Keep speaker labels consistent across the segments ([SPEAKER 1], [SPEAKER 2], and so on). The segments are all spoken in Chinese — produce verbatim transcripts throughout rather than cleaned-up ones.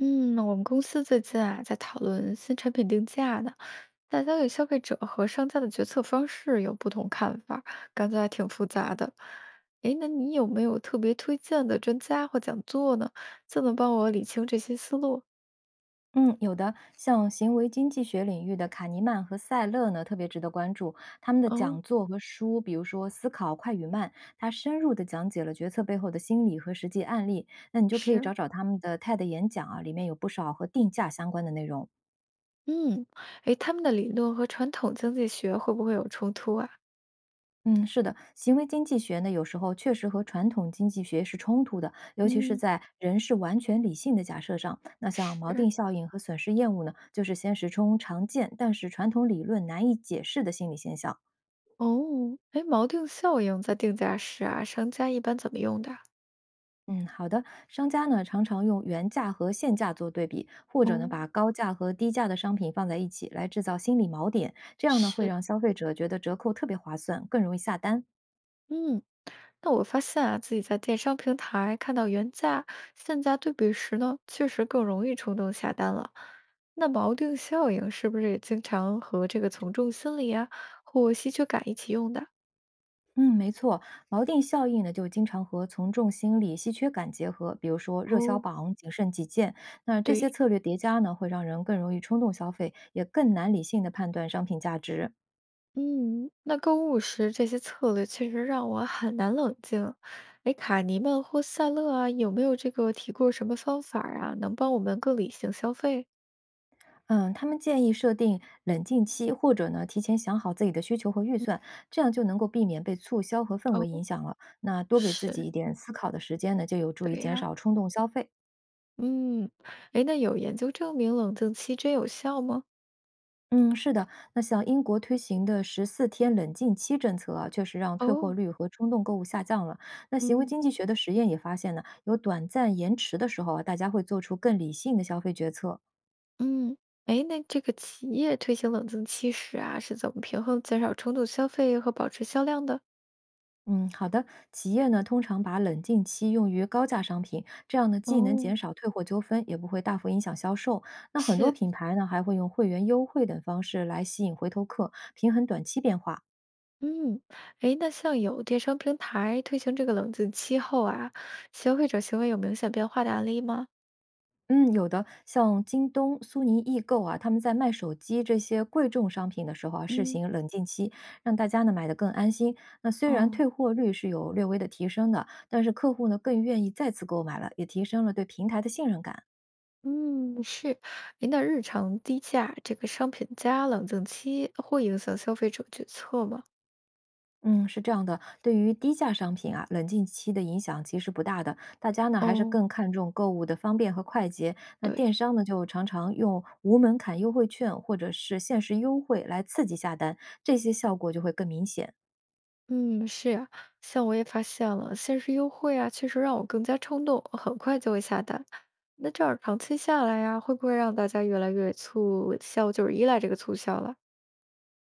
[SPEAKER 1] 嗯，我们公司最近啊在讨论新产品定价呢，大家对消费者和商家的决策方式有不同看法，感觉还挺复杂的。诶，那你有没有特别推荐的专家或讲座呢？就能帮我理清这些思路？
[SPEAKER 2] 嗯，有的，像行为经济学领域的卡尼曼和塞勒呢，特别值得关注。他们的讲
[SPEAKER 1] 哦，
[SPEAKER 2] 座和书，比如说《思考快与慢》，它深入的讲解了决策背后的心理和实际案例。那你就可以找
[SPEAKER 1] 是，
[SPEAKER 2] 找他们的 T E D 演讲啊，里面有不少和定价相关的内容。
[SPEAKER 1] 嗯，诶，他们的理论和传统经济学会不会有冲突啊？
[SPEAKER 2] 嗯，是的，行为经济学呢，有时候确实和传统经济学是冲突的，尤其是
[SPEAKER 1] 嗯，
[SPEAKER 2] 在人是完全理性的假设上。那像锚
[SPEAKER 1] 是，
[SPEAKER 2] 定效应和损失厌恶呢，就是现实中常见，但是传统理论难以解释的心理现象。
[SPEAKER 1] 哦，诶，锚定效应在定价时啊，商家一般怎么用的啊
[SPEAKER 2] 嗯，好的。商家呢常常用原价和现价做对比，或
[SPEAKER 1] 哦，
[SPEAKER 2] 者呢把高价和低价的商品放在一起来制造心理锚点，这样呢会
[SPEAKER 1] 是。
[SPEAKER 2] 让消费者觉得折扣特别划算，更容易下单。
[SPEAKER 1] 嗯，那我发现啊，自己在电商平台看到原价、现价对比时呢，确实更容易冲动下单了。那锚定效应是不是也经常和这个从众心理啊，或稀缺感一起用的？
[SPEAKER 2] 嗯，没错，锚定效应呢就经常和从众心理、稀缺感结合，比如说热销
[SPEAKER 1] 哦，
[SPEAKER 2] 榜、仅剩几件。那这些
[SPEAKER 1] 对，
[SPEAKER 2] 策略叠加呢，会让人更容易冲动消费，也更难理性的判断商品价值。
[SPEAKER 1] 嗯，那购物时这些策略确实让我很难冷静。哎，卡尼曼或赛勒啊，有没有这个提过什么方法啊，能帮我们更理性消费？
[SPEAKER 2] 嗯，他们建议设定冷静期，或者呢提前想好自己的需求和预算，这样就能够避免被促销和氛围
[SPEAKER 1] 哦，
[SPEAKER 2] 影响了。那多给自己一
[SPEAKER 1] 是。
[SPEAKER 2] 点思考的时间呢，就有助于
[SPEAKER 1] 对
[SPEAKER 2] 减
[SPEAKER 1] 呀、
[SPEAKER 2] 少冲动消费。
[SPEAKER 1] 嗯，哎，那有研究证明冷静期真有效吗？
[SPEAKER 2] 嗯，是的。那像英国推行的十四天冷静期政策啊，确实让退货
[SPEAKER 1] 哦，
[SPEAKER 2] 率和冲动购物下降了。那行为
[SPEAKER 1] 嗯
[SPEAKER 2] 经济学的实验也发现呢，有短暂延迟的时候啊，大家会做出更理性的消费决策。
[SPEAKER 1] 嗯，哎，那这个企业推行冷静期时啊，是怎么平衡减少冲动消费和保持销量的？
[SPEAKER 2] 嗯，好的。企业呢，通常把冷静期用于高价商品，这样呢，既能
[SPEAKER 1] 哦，
[SPEAKER 2] 减少退货纠纷，也不会大幅影响销售。那很多
[SPEAKER 1] 是，
[SPEAKER 2] 品牌呢，还会用会员优惠等方式来吸引回头客，平衡短期变化。
[SPEAKER 1] 嗯，哎，那像有电商平台推行这个冷静期后啊，消费者行为有明显变化的案例吗？
[SPEAKER 2] 嗯，有的像京东、苏宁易购啊，他们在卖手机这些贵重商品的时候啊，试
[SPEAKER 1] 嗯，
[SPEAKER 2] 行冷静期，让大家呢买得更安心。那虽然
[SPEAKER 1] 哦，
[SPEAKER 2] 退货率是有略微的提升的，但是客户呢更愿意再次购买了，也提升了对平台的信任感。
[SPEAKER 1] 嗯，是，您那日常低价这个商品加冷静期会影响消费者决策吗？
[SPEAKER 2] 嗯，是这样的，对于低价商品啊，冷静期的影响其实不大的，大家呢还是
[SPEAKER 1] 哦。
[SPEAKER 2] 更看重购物的方便和快捷。那电
[SPEAKER 1] 对。
[SPEAKER 2] 商呢，就常常用无门槛优惠券或者是限时优惠来刺激下单，这些效果就会更明显。
[SPEAKER 1] 嗯，是呀，像我也发现了，限时优惠啊，确实让我更加冲动，很快就会下单。那这样长期下来呀，会不会让大家越来越促销，就是依赖这个促销了？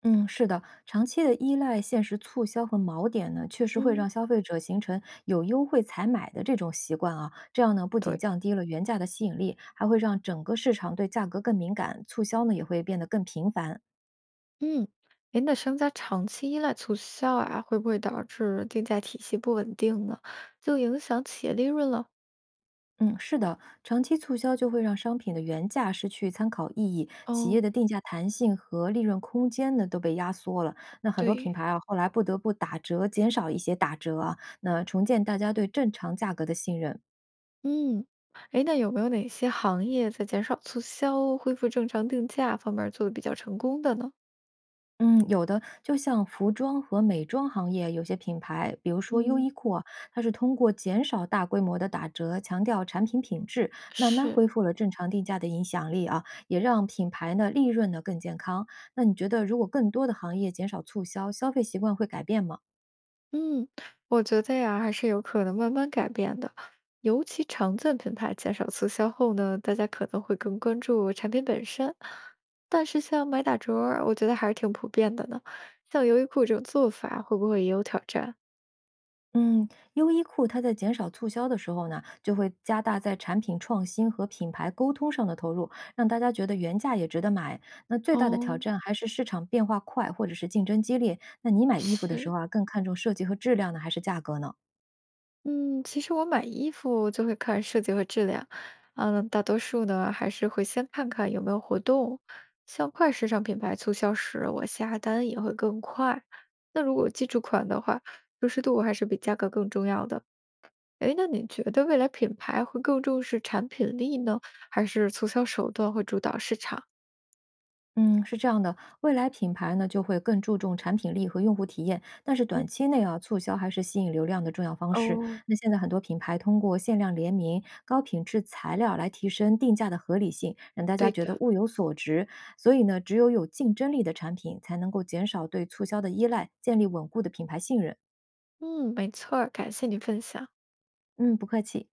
[SPEAKER 2] 嗯，是的，长期的依赖限时促销和锚点呢，确实会让
[SPEAKER 1] 嗯，
[SPEAKER 2] 消费者形成有优惠才买的这种习惯啊。这样呢，不仅
[SPEAKER 1] 对，
[SPEAKER 2] 降低了原价的吸引力，还会让整个市场对价格更敏感，促销呢也会变得更频繁。
[SPEAKER 1] 嗯，哎，那商家长期依赖促销啊，会不会导致定价体系不稳定呢？就影响企业利润了？
[SPEAKER 2] 嗯，是的，长期促销就会让商品的原价失去参考意义，企业
[SPEAKER 1] 哦，
[SPEAKER 2] 的定价弹性和利润空间呢都被压缩了。那很多品
[SPEAKER 1] 对，
[SPEAKER 2] 牌啊，后来不得不打折，减少一些打折啊，那重建大家对正常价格的信任。
[SPEAKER 1] 嗯，哎，那有没有哪些行业在减少促销、恢复正常定价方面做的比较成功的呢？
[SPEAKER 2] 嗯，有的，就像服装和美妆行业，有些品牌，比如说优
[SPEAKER 1] 嗯，
[SPEAKER 2] 衣库啊，它是通过减少大规模的打折，强调产品品质，慢慢
[SPEAKER 1] 是。
[SPEAKER 2] 恢复了正常定价的影响力啊，也让品牌呢利润呢更健康。那你觉得，如果更多的行业减少促销，消费习惯会改变吗？
[SPEAKER 1] 嗯，我觉得呀，还是有可能慢慢改变的。尤其常见品牌减少促销后呢，大家可能会更关注产品本身。但是像买打折儿我觉得还是挺普遍的呢。像优衣库这种做法，会不会也有挑战？
[SPEAKER 2] 嗯，优衣库它在减少促销的时候呢，就会加大在产品创新和品牌沟通上的投入，让大家觉得原价也值得买。那最大的挑
[SPEAKER 1] 哦，
[SPEAKER 2] 战还是市场变化快，或者是竞争激烈。那你买衣服的时
[SPEAKER 1] 是，
[SPEAKER 2] 候啊，更看重设计和质量呢，还是价格呢？
[SPEAKER 1] 嗯，其实我买衣服就会看设计和质量，嗯，大多数呢还是会先看看有没有活动。像快时尚品牌促销时，我下单也会更快。那如果基础款的话，舒适度还是比价格更重要的。诶，那你觉得未来品牌会更重视产品力呢，还是促销手段会主导市场？
[SPEAKER 2] 嗯，是这样的，未来品牌呢就会更注重产品力和用户体验，但是
[SPEAKER 1] 嗯，
[SPEAKER 2] 短期内啊，促销还是吸引流量的重要方式。
[SPEAKER 1] 哦，
[SPEAKER 2] 那现在很多品牌通过限量联名、高品质材料来提升定价的合理性，让大家
[SPEAKER 1] 对
[SPEAKER 2] 觉
[SPEAKER 1] 的，
[SPEAKER 2] 得物有所值。所以呢，只有有竞争力的产品，才能够减少对促销的依赖，建立稳固的品牌信任。
[SPEAKER 1] 嗯，没错儿，感谢你分享。
[SPEAKER 2] 嗯，不客气。